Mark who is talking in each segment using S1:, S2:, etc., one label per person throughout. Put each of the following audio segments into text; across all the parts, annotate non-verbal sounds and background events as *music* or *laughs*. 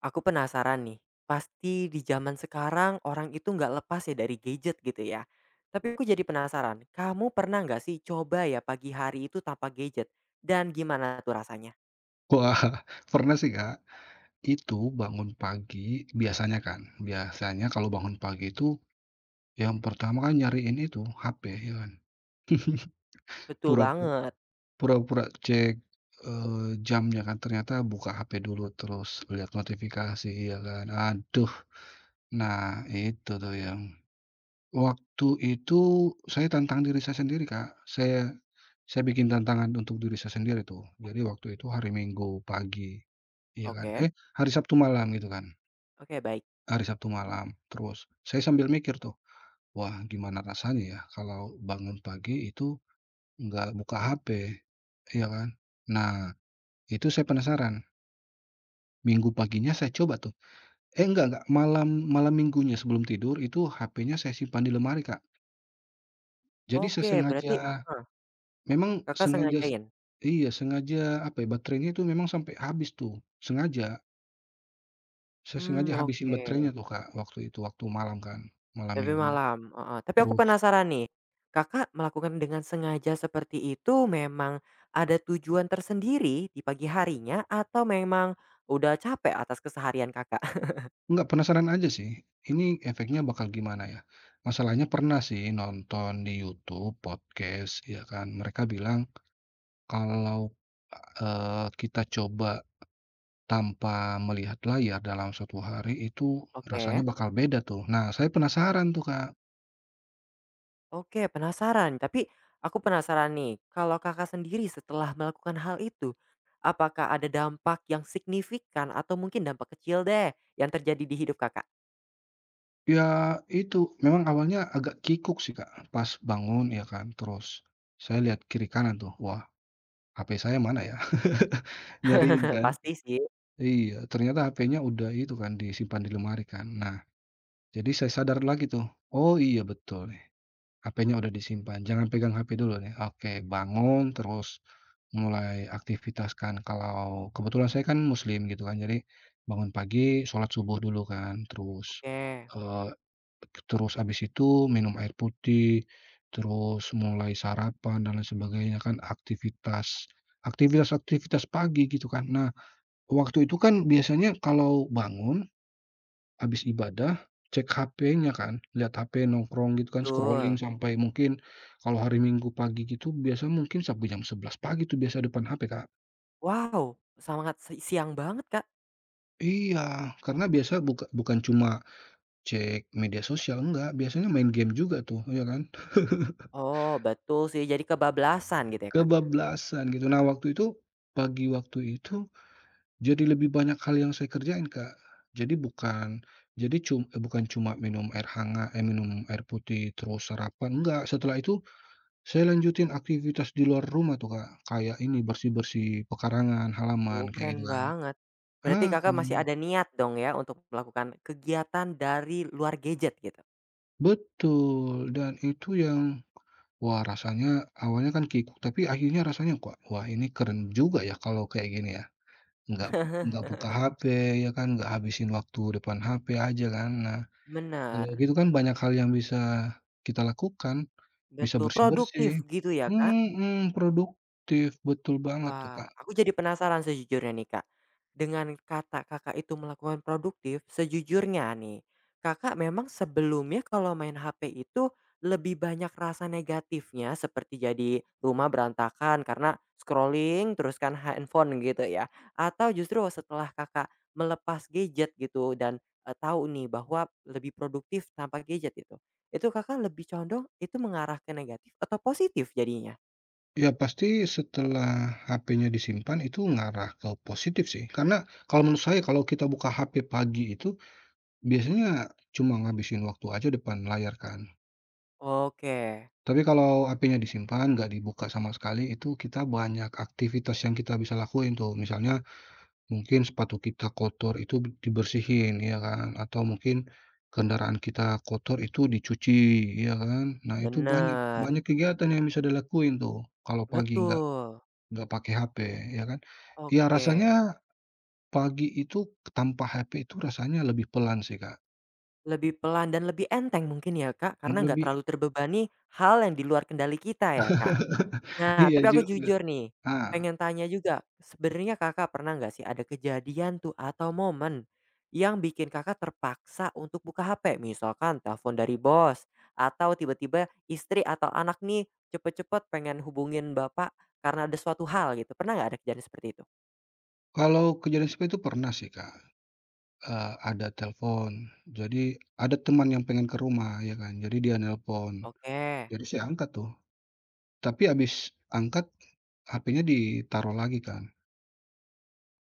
S1: Aku penasaran nih, pasti di zaman sekarang orang itu nggak lepas ya dari gadget gitu ya. Tapi aku jadi penasaran, kamu pernah nggak sih coba ya pagi hari itu tanpa gadget? Dan gimana tuh rasanya?
S2: Wah, *laughs* pernah sih, Kak. Itu bangun pagi biasanya kan, biasanya kalau bangun pagi itu yang pertama kan nyariin itu HP ya kan. *laughs*
S1: Betul
S2: Pura-pura
S1: banget.
S2: pura-pura cek, jamnya kan ternyata buka HP dulu terus lihat notifikasi ya kan, aduh. Nah itu tuh yang waktu itu saya tantang diri saya sendiri, Kak. Saya saya bikin tantangan untuk diri saya sendiri tuh. Jadi waktu itu hari Minggu pagi, iya kan
S1: Oke,
S2: eh, hari Sabtu malam gitu kan.
S1: oke baik.
S2: Hari Sabtu malam. Terus saya sambil mikir tuh, "Wah, gimana rasanya ya kalau bangun pagi itu nggak buka HP?" Iya kan? Nah, itu saya penasaran. Minggu paginya saya coba tuh. Eh, enggak, malam malam Minggunya sebelum tidur itu HP-nya saya simpan di lemari, Kak. Jadi saya
S1: Oke, berarti
S2: sengaja
S1: heeh,
S2: memang
S1: Kakak
S2: sengaja
S1: sengajain?
S2: iya, sengaja apa ya, baterainya itu memang sampai habis tuh, sengaja. Saya sengaja
S1: Hmm
S2: habisin
S1: oke,
S2: baterainya tuh, Kak, waktu itu, waktu malam kan, malam
S1: tapi
S2: Minggu.
S1: malam, heeh. Tapi aku
S2: Terus
S1: penasaran nih, Kakak melakukan dengan sengaja seperti itu memang ada tujuan tersendiri di pagi harinya atau memang udah capek atas keseharian Kakak?
S2: nggak penasaran aja sih, ini efeknya bakal gimana ya. Masalahnya pernah sih nonton di YouTube, podcast, ya kan, mereka bilang kalau, kita coba tanpa melihat layar dalam suatu hari itu rasanya
S1: Oke.
S2: bakal beda tuh. Nah, saya penasaran tuh, Kak.
S1: Oke, penasaran. Tapi aku penasaran nih, kalau Kakak sendiri setelah melakukan hal itu, apakah ada dampak yang signifikan atau mungkin dampak kecil deh yang terjadi di hidup Kakak?
S2: Ya itu, memang awalnya agak kikuk sih, Kak, pas bangun ya kan, terus saya lihat kiri kanan tuh, wah, HP saya mana ya? *laughs* Nyariin
S1: *laughs*
S2: kan.
S1: Pasti sih.
S2: Iya, ternyata HP-nya udah itu kan, disimpan di lemari kan. Nah, jadi saya sadar lagi tuh, "Oh iya betul nih, HP-nya udah disimpan, jangan pegang HP dulu nih." Oke, bangun terus mulai aktivitas kan, kalau kebetulan saya kan muslim gitu kan, jadi bangun pagi, sholat subuh dulu kan, terus,
S1: Oke,
S2: eee, terus abis itu minum air putih, terus mulai sarapan dan lain sebagainya kan, aktivitas-aktivitas pagi gitu kan. Nah, waktu itu kan biasanya kalau bangun, habis ibadah, cek HP-nya kan, lihat HP nongkrong gitu kan, scrolling
S1: betul.
S2: sampai mungkin kalau hari Minggu pagi gitu biasa mungkin sampai jam 11 pagi tuh biasa depan HP, Kak.
S1: Wow, sangat siang banget, Kak.
S2: Iya, karena biasa bukan cuma cek media sosial, enggak, biasanya main game juga tuh, ya kan? *laughs*
S1: Oh, betul sih, jadi kebablasan gitu ya, Kak?
S2: Kebablasan gitu. Nah, waktu itu pagi waktu itu jadi lebih banyak hal yang saya kerjain, Kak. Jadi bukan jadi cum eee, Bukan cuma minum air putih terus sarapan, enggak. Setelah itu saya lanjutin aktivitas di luar rumah tuh, Kak. Kayak ini bersih-bersih pekarangan,
S1: Oh,
S2: halaman, kayak
S1: keren
S2: gitu kan.
S1: banget. Berarti
S2: Heeh,
S1: Kakak masih ada niat dong ya untuk melakukan kegiatan dari luar gadget gitu?
S2: betul, dan itu yang wah rasanya awalnya kan kikuk, tapi akhirnya rasanya kok, wah ini keren juga ya kalau kayak gini ya. Nggak nggak buka
S1: *laughs*
S2: HP ya kan, nggak habisin waktu depan HP aja kan. Nah, kalau
S1: Bener.
S2: gitu kan banyak hal yang bisa kita lakukan, bisa
S1: Betul,
S2: bersih-bersih
S1: produktif gitu ya, Kak?
S2: mhm, produktif, betul banget tuh,
S1: Wah,
S2: Kak.
S1: aku jadi penasaran sejujurnya nih, Kak. Dengan kata Kakak itu melakukan produktif, sejujurnya nih, Kakak memang sebelumnya kalau main HP itu lebih banyak rasa negatifnya seperti jadi rumah berantakan karena scrolling terus kan handphone gitu ya? Atau justru setelah Kakak melepas gadget gitu dan tahu nih bahwa lebih produktif tanpa gadget itu Kakak lebih condong itu mengarah ke negatif atau positif jadinya?
S2: Ya pasti setelah HP-nya disimpan itu ngarah ke positif sih, karena kalau menurut saya kalau kita buka HP pagi itu biasanya cuma ngabisin waktu aja depan layar kan.
S1: Oke,
S2: Tapi kalau HP-nya disimpan, nggak dibuka sama sekali, itu kita banyak aktivitas yang kita bisa lakuin tuh, misalnya mungkin sepatu kita kotor itu dibersihin, ya kan, atau mungkin kendaraan kita kotor itu dicuci, ya kan. Nah, itu banyak
S1: bener,
S2: banyak kegiatan yang bisa dilakuin tuh kalau pagi nggak
S1: betul,
S2: nggak pakai HP, ya kan. Ya
S1: oke.
S2: rasanya pagi itu tanpa HP itu rasanya lebih pelan sih, Kak,
S1: Lebih pelan dan lebih enteng mungkin ya, Kak, karena nggak
S2: lebih
S1: terlalu terbebani hal yang di luar kendali kita ya, Kak.
S2: *laughs*
S1: Nah,
S2: iya
S1: tapi aku
S2: juga.
S1: jujur nih,
S2: Ah,
S1: pengen tanya juga, sebenarnya Kakak pernah nggak sih ada kejadian tuh atau momen yang bikin Kakak terpaksa untuk buka HP? Misalkan telepon dari bos atau tiba-tiba istri atau anak nih cepet-cepet pengen hubungin Bapak karena ada suatu hal gitu. Pernah nggak ada kejadian seperti itu?
S2: kalau kejadian seperti itu pernah sih, Kak, ada telepon. Jadi ada teman yang pengen ke rumah, ya kan, jadi dia nelpon,
S1: Oke.
S2: jadi saya angkat tuh. Tapi abis angkat, HP-nya ditaruh lagi kan.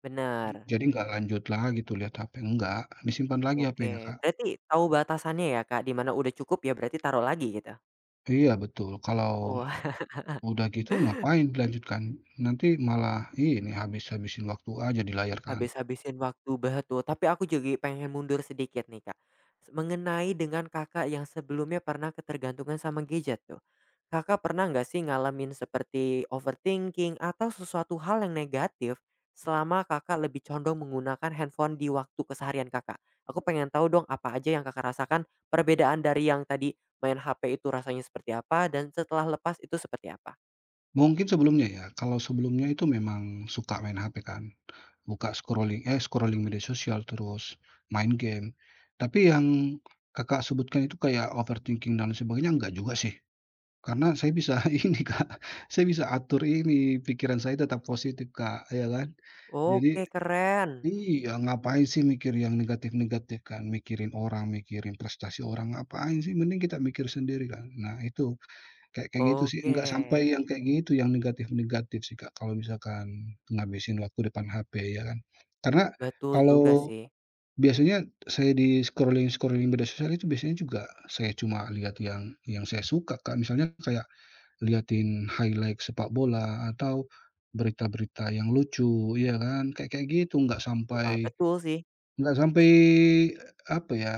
S1: Bener,
S2: Jadi nggak lanjut lagi tuh lihat HP, enggak, disimpan lagi
S1: oke.
S2: HP-nya, Kak.
S1: Berarti tahu batasannya ya, Kak, di mana udah cukup ya berarti taruh lagi gitu?
S2: Iya betul, kalau
S1: Wah.
S2: udah gitu ngapain dilanjutkan, nanti malah ini, habis-habisin waktu aja di layar kan.
S1: Habis-habisin waktu, betul. Tapi aku jadi pengen mundur sedikit nih, Kak. Mengenai dengan Kakak yang sebelumnya pernah ketergantungan sama gadget tuh. Kakak pernah nggak sih ngalamin seperti overthinking atau sesuatu hal yang negatif selama Kakak lebih condong menggunakan handphone di waktu keseharian Kakak? Aku pengen tahu dong apa aja yang Kakak rasakan, perbedaan dari yang tadi main HP itu rasanya seperti apa dan setelah lepas itu seperti apa?
S2: Mungkin sebelumnya ya, kalau sebelumnya itu memang suka main HP kan, buka scrolling media sosial, terus main game. Tapi yang Kakak sebutkan itu kayak overthinking dan sebagainya, enggak juga sih. Karena saya bisa *laughs* ini, Kak, saya bisa atur ini, pikiran saya tetap positif, Kak, ya kan. Jadi
S1: Oke, keren.
S2: iya, ngapain sih mikir yang negatif-negatif kan, mikirin orang, mikirin prestasi orang, ngapain sih, mending kita mikir sendiri kan. Nah itu, kayak kayak gitu sih,
S1: Oke,
S2: nggak sampai yang kayak gitu, yang negatif-negatif sih, Kak, kalau misalkan ngabisin waktu depan HP ya kan. Karena
S1: betul juga
S2: kalau
S1: sih.
S2: biasanya saya di scrolling-scrolling media sosial itu biasanya juga saya cuma lihat yang saya suka, Kak, misalnya kayak liatin highlight sepak bola atau berita-berita yang lucu, ya kan? Kayak kayak gitu,
S1: Wah, betul sih.
S2: nggak sampai, apa ya,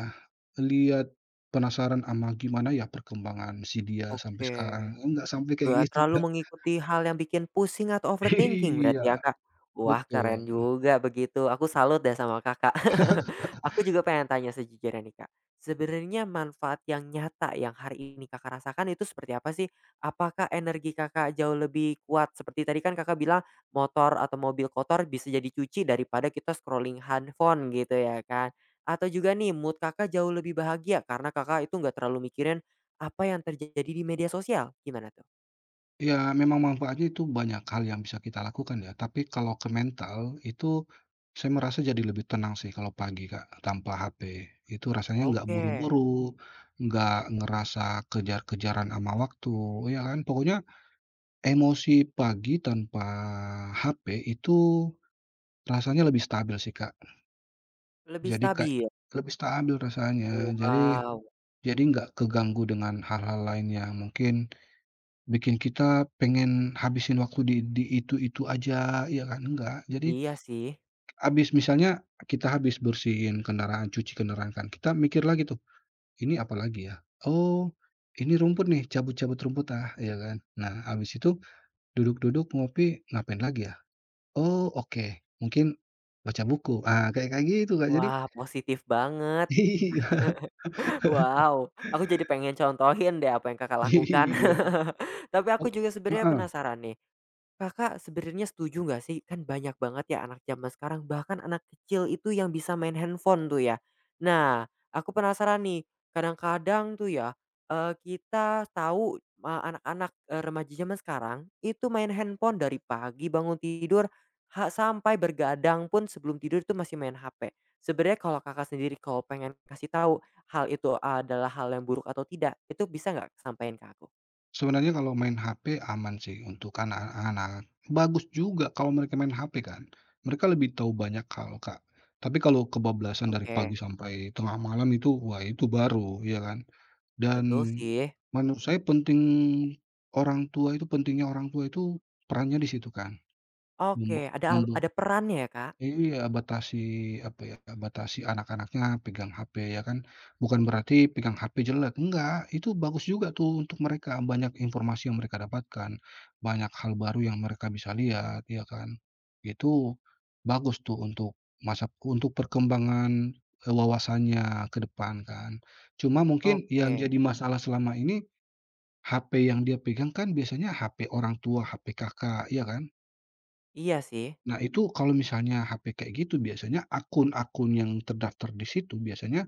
S2: lihat penasaran ama gimana ya perkembangan si dia sampai
S1: Oke.
S2: sekarang, nggak sampai kayak
S1: Nggak
S2: gitu,
S1: terlalu
S2: Kak.
S1: mengikuti hal yang bikin pusing atau
S2: *laughs*
S1: overthinking
S2: Iya,
S1: berarti ya, Kak? Wah, keren
S2: betul.
S1: juga begitu, aku salut deh sama Kakak. *laughs* Aku juga pengen tanya sejujurnya nih, Kak. Sebenarnya manfaat yang nyata yang hari ini Kakak rasakan itu seperti apa sih? Apakah energi Kakak jauh lebih kuat? Seperti tadi kan Kakak bilang motor atau mobil kotor bisa jadi cuci daripada kita scrolling handphone gitu ya kan? Atau juga nih mood Kakak jauh lebih bahagia karena Kakak itu nggak terlalu mikirin apa yang terjadi di media sosial, gimana tuh?
S2: Ya memang manfaatnya itu banyak hal yang bisa kita lakukan ya, tapi kalau ke mental itu saya merasa jadi lebih tenang sih kalau pagi, Kak, tanpa HP. Itu rasanya nggak
S1: Oke,
S2: buru-buru, nggak ngerasa kejar-kejaran sama waktu, ya kan? Pokoknya emosi pagi tanpa HP itu rasanya lebih stabil sih, Kak.
S1: lebih
S2: Jadi kayak
S1: stabil?
S2: lebih stabil rasanya,
S1: Wow,
S2: jadi nggak keganggu dengan hal-hal lain yang mungkin bikin kita pengen habisin waktu di itu-itu aja, ya kan, enggak. Jadi
S1: iya sih.
S2: habis misalnya kita habis bersihin kendaraan, cuci kendaraan kan, kita mikir lagi tuh, "Ini apa lagi ya? Oh, ini rumput nih, cabut-cabut rumput ah," ya kan. Nah, habis itu duduk-duduk ngopi, ngapain lagi ya? Oh, oke, mungkin baca buku. Ah, kayak kayak gitu, Kak. Jadi
S1: Wah, positif banget.
S2: *laughs* iya
S1: Wow, aku jadi pengen contohin deh apa yang Kakak lakukan.
S2: iya.
S1: *laughs* Tapi aku
S2: Oh
S1: juga sebenarnya
S2: heeh.
S1: penasaran nih. Kakak sebenarnya setuju nggak sih? Kan banyak banget ya anak zaman sekarang, bahkan anak kecil itu yang bisa main handphone tuh ya. Nah, aku penasaran nih, kadang-kadang tuh ya, kita tahu, anak-anak, remaja zaman sekarang itu main handphone dari pagi bangun tidur, sampai bergadang pun sebelum tidur itu masih main HP. Sebenarnya kalau Kakak sendiri kalau pengen kasih tahu hal itu adalah hal yang buruk atau tidak, itu bisa nggak sampaikan ke aku?
S2: Sebenarnya kalau main HP aman sih untuk anak-anak. Bagus juga kalau mereka main HP kan. Mereka lebih tahu banyak hal, Kak. Tapi kalau kebablasan dari
S1: Oke,
S2: pagi sampai tengah malam itu, wah itu baru, ya kan? Dan
S1: betul sih.
S2: menurut saya penting orang tua itu perannya di situ kan.
S1: Oke,
S2: Memba
S1: ada
S2: membe
S1: ada perannya ya, Kak?
S2: Iya, batasi apa ya, batasi anak-anaknya pegang HP ya kan. Bukan berarti pegang HP jelek, enggak, itu bagus juga tuh untuk mereka, banyak informasi yang mereka dapatkan, banyak hal baru yang mereka bisa lihat ya kan. Itu bagus tuh untuk untuk perkembangan, wawasannya ke depan kan. Cuma mungkin
S1: Oke,
S2: yang jadi masalah selama ini, HP yang dia pegang kan biasanya HP orang tua, HP Kakak, ya kan?
S1: iya sih.
S2: Nah, itu kalau misalnya HP kayak gitu biasanya akun-akun yang terdaftar di situ biasanya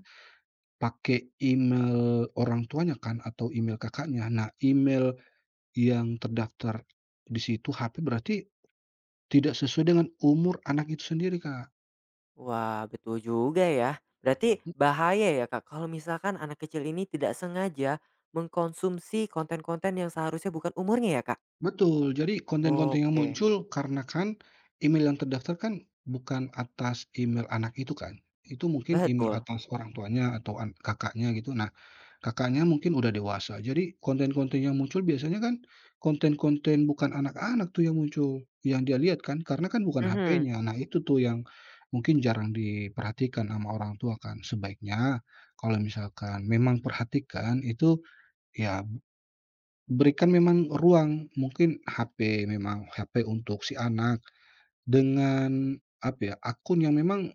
S2: pakai email orang tuanya kan atau email kakaknya. Nah, email yang terdaftar di situ HP berarti tidak sesuai dengan umur anak itu sendiri, Kak.
S1: Wah, betul juga ya. Berarti bahaya ya, Kak, kalau misalkan anak kecil ini tidak sengaja mengkonsumsi konten-konten yang seharusnya bukan umurnya ya, Kak?
S2: Betul, jadi konten-konten yang
S1: Oke,
S2: muncul karena kan email yang terdaftar kan bukan atas email anak itu kan. Itu mungkin email
S1: betul.
S2: atas orang tuanya atau kakaknya gitu. Nah, kakaknya mungkin udah dewasa. Jadi konten-konten yang muncul biasanya kan konten-konten bukan anak-anak tuh yang muncul, yang dia lihat kan karena kan bukan
S1: Mhm.
S2: HP-nya. Nah, itu tuh yang mungkin jarang diperhatikan sama orang tua kan. Sebaiknya kalau misalkan memang perhatikan itu, ya berikan memang ruang, mungkin HP memang HP untuk si anak dengan apa ya, akun yang memang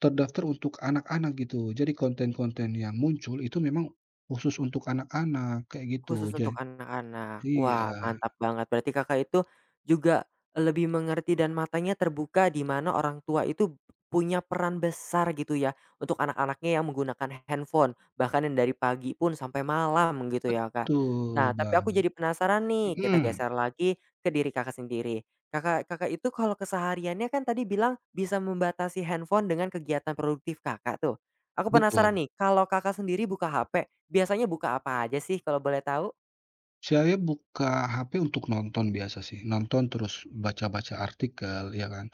S2: terdaftar untuk anak-anak gitu. Jadi konten-konten yang muncul itu memang khusus untuk anak-anak kayak gitu.
S1: Khusus untuk
S2: Jadi
S1: anak-anak. Wah,
S2: iya,
S1: mantap banget. Berarti Kakak itu juga lebih mengerti dan matanya terbuka di mana orang tua itu punya peran besar gitu ya untuk anak-anaknya yang menggunakan handphone, bahkan yang dari pagi pun sampai malam gitu ya, Kak.
S2: betul
S1: Nah, tapi aku
S2: Bang,
S1: jadi penasaran nih, kita
S2: mhm,
S1: geser lagi ke diri Kakak sendiri. Kakak Kakak itu kalau kesehariannya kan tadi bilang bisa membatasi handphone dengan kegiatan produktif Kakak tuh. Aku penasaran
S2: betul.
S1: nih, kalau Kakak sendiri buka HP. Biasanya buka apa aja sih kalau boleh tahu?
S2: Saya buka HP untuk nonton biasa sih, nonton terus baca-baca artikel ya kan,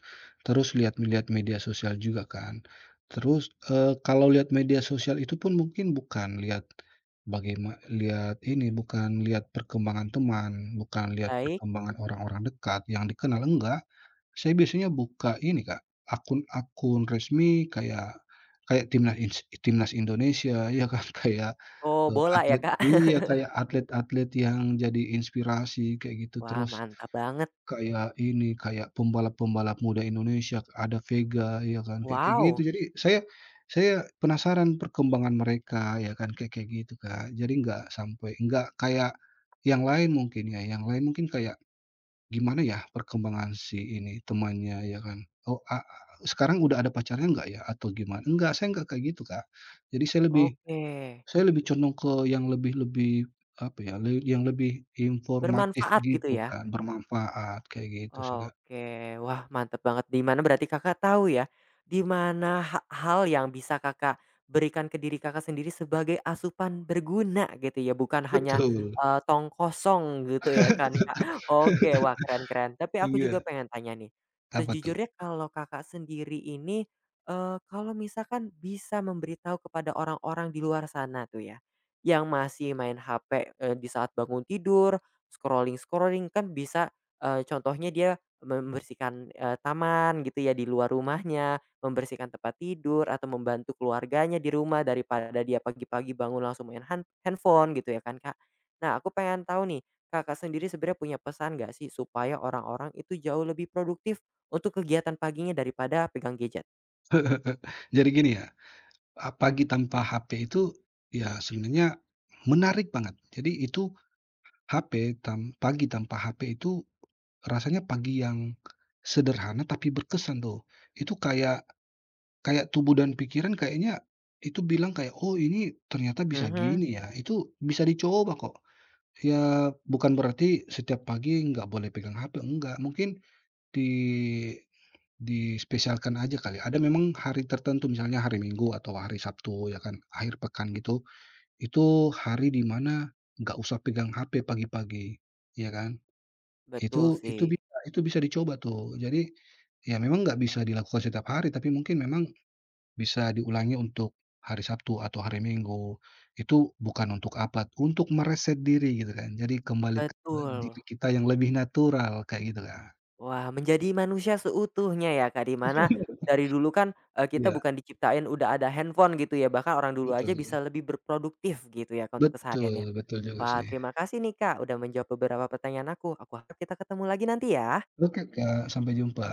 S2: terus lihat-lihat media sosial juga kan. Terus, kalau lihat media sosial itu pun mungkin bukan lihat bukan lihat perkembangan teman, bukan lihat
S1: Baik.
S2: perkembangan orang-orang dekat yang dikenal, enggak. Saya biasanya buka ini Kak, akun-akun resmi kayak kayak Timnas Indonesia, ya kan, *laughs* kayak
S1: Oh, bola ya,
S2: Atlet
S1: Kak?
S2: iya,
S1: *laughs*
S2: kayak atlet-atlet yang jadi inspirasi kayak gitu,
S1: Wah,
S2: terus
S1: mantap banget.
S2: kayak ini, kayak pembalap-pembalap muda Indonesia, ada Vega ya kan, kayak kayak gitu.
S1: Wow,
S2: Jadi saya penasaran perkembangan mereka ya kan, kayak kayak gitu, Kak. Jadi nggak sampai nggak kayak yang lain mungkin ya, yang lain mungkin kayak gimana ya perkembangan si ini, temannya ya kan, oh, a a sekarang udah ada pacarnya nggak ya atau gimana? Enggak, saya nggak kayak gitu, Kak. Jadi saya lebih
S1: oke.
S2: saya lebih condong ke yang lebih lebih, apa ya, yang lebih informatif
S1: Bermanfaat gitu
S2: gitu
S1: ya?
S2: kan, bermanfaat kayak gitu sih, Kak.
S1: Oke, wah mantep banget. Di mana berarti Kakak tahu ya, di mana hal yang bisa Kakak berikan ke diri Kakak sendiri sebagai asupan berguna gitu ya, bukan hanya,
S2: Betul.
S1: eee, tong kosong gitu ya kan, Kak. Oke, wah
S2: *laughs*
S1: keren keren. Tapi aku juga
S2: Iya,
S1: pengen tanya nih,
S2: apa tuh?
S1: sejujurnya kalau Kakak sendiri ini, kalau misalkan bisa memberitahu kepada orang-orang di luar sana tuh ya, yang masih main HP, di saat bangun tidur, scrolling-scrolling kan bisa. Contohnya dia membersihkan, taman gitu ya di luar rumahnya, membersihkan tempat tidur atau membantu keluarganya di rumah daripada dia pagi-pagi bangun langsung main handphone gitu ya kan, Kak. Nah, aku pengen tahu nih, Kakak sendiri sebenarnya punya pesan nggak sih supaya orang-orang itu jauh lebih produktif untuk kegiatan paginya daripada pegang gadget?
S2: *laughs* Jadi gini ya, pagi tanpa HP itu ya sebenarnya menarik banget. Jadi itu HP tam pagi tanpa HP itu rasanya pagi yang sederhana tapi berkesan tuh. Itu kayak kayak tubuh dan pikiran kayaknya itu bilang kayak, "Oh ini ternyata bisa
S1: Mhm,
S2: gini ya." Itu bisa dicoba kok. Ya, bukan berarti setiap pagi nggak boleh pegang HP, enggak. Mungkin di dispesialkan aja kali, ada memang hari tertentu, misalnya hari Minggu atau hari Sabtu ya kan, akhir pekan gitu, itu hari di mana nggak usah pegang HP pagi-pagi, ya kan.
S1: betul
S2: Itu itu
S1: sih,
S2: bisa itu bisa dicoba tuh. Jadi, ya memang nggak bisa dilakukan setiap hari, tapi mungkin memang bisa diulangi untuk hari Sabtu atau hari Minggu. Itu bukan untuk apa, untuk mereset diri gitu kan. Jadi kembali ke diri
S1: betul.
S2: kita yang lebih natural kayak gitu, Kak.
S1: Wah, menjadi manusia seutuhnya ya, Kak, di mana dari dulu kan, kita
S2: Iya,
S1: bukan diciptain udah ada handphone gitu ya, bahkan orang dulu aja
S2: betul.
S1: bisa lebih berproduktif gitu ya, Kak, untuk
S2: Betul
S1: kesehariannya.
S2: betul juga
S1: Wah,
S2: sih.
S1: terima kasih nih, Kak, udah menjawab beberapa pertanyaan aku. Aku harap kita ketemu lagi nanti ya.
S2: Oke, Kak, sampai jumpa.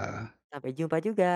S1: Sampai jumpa juga.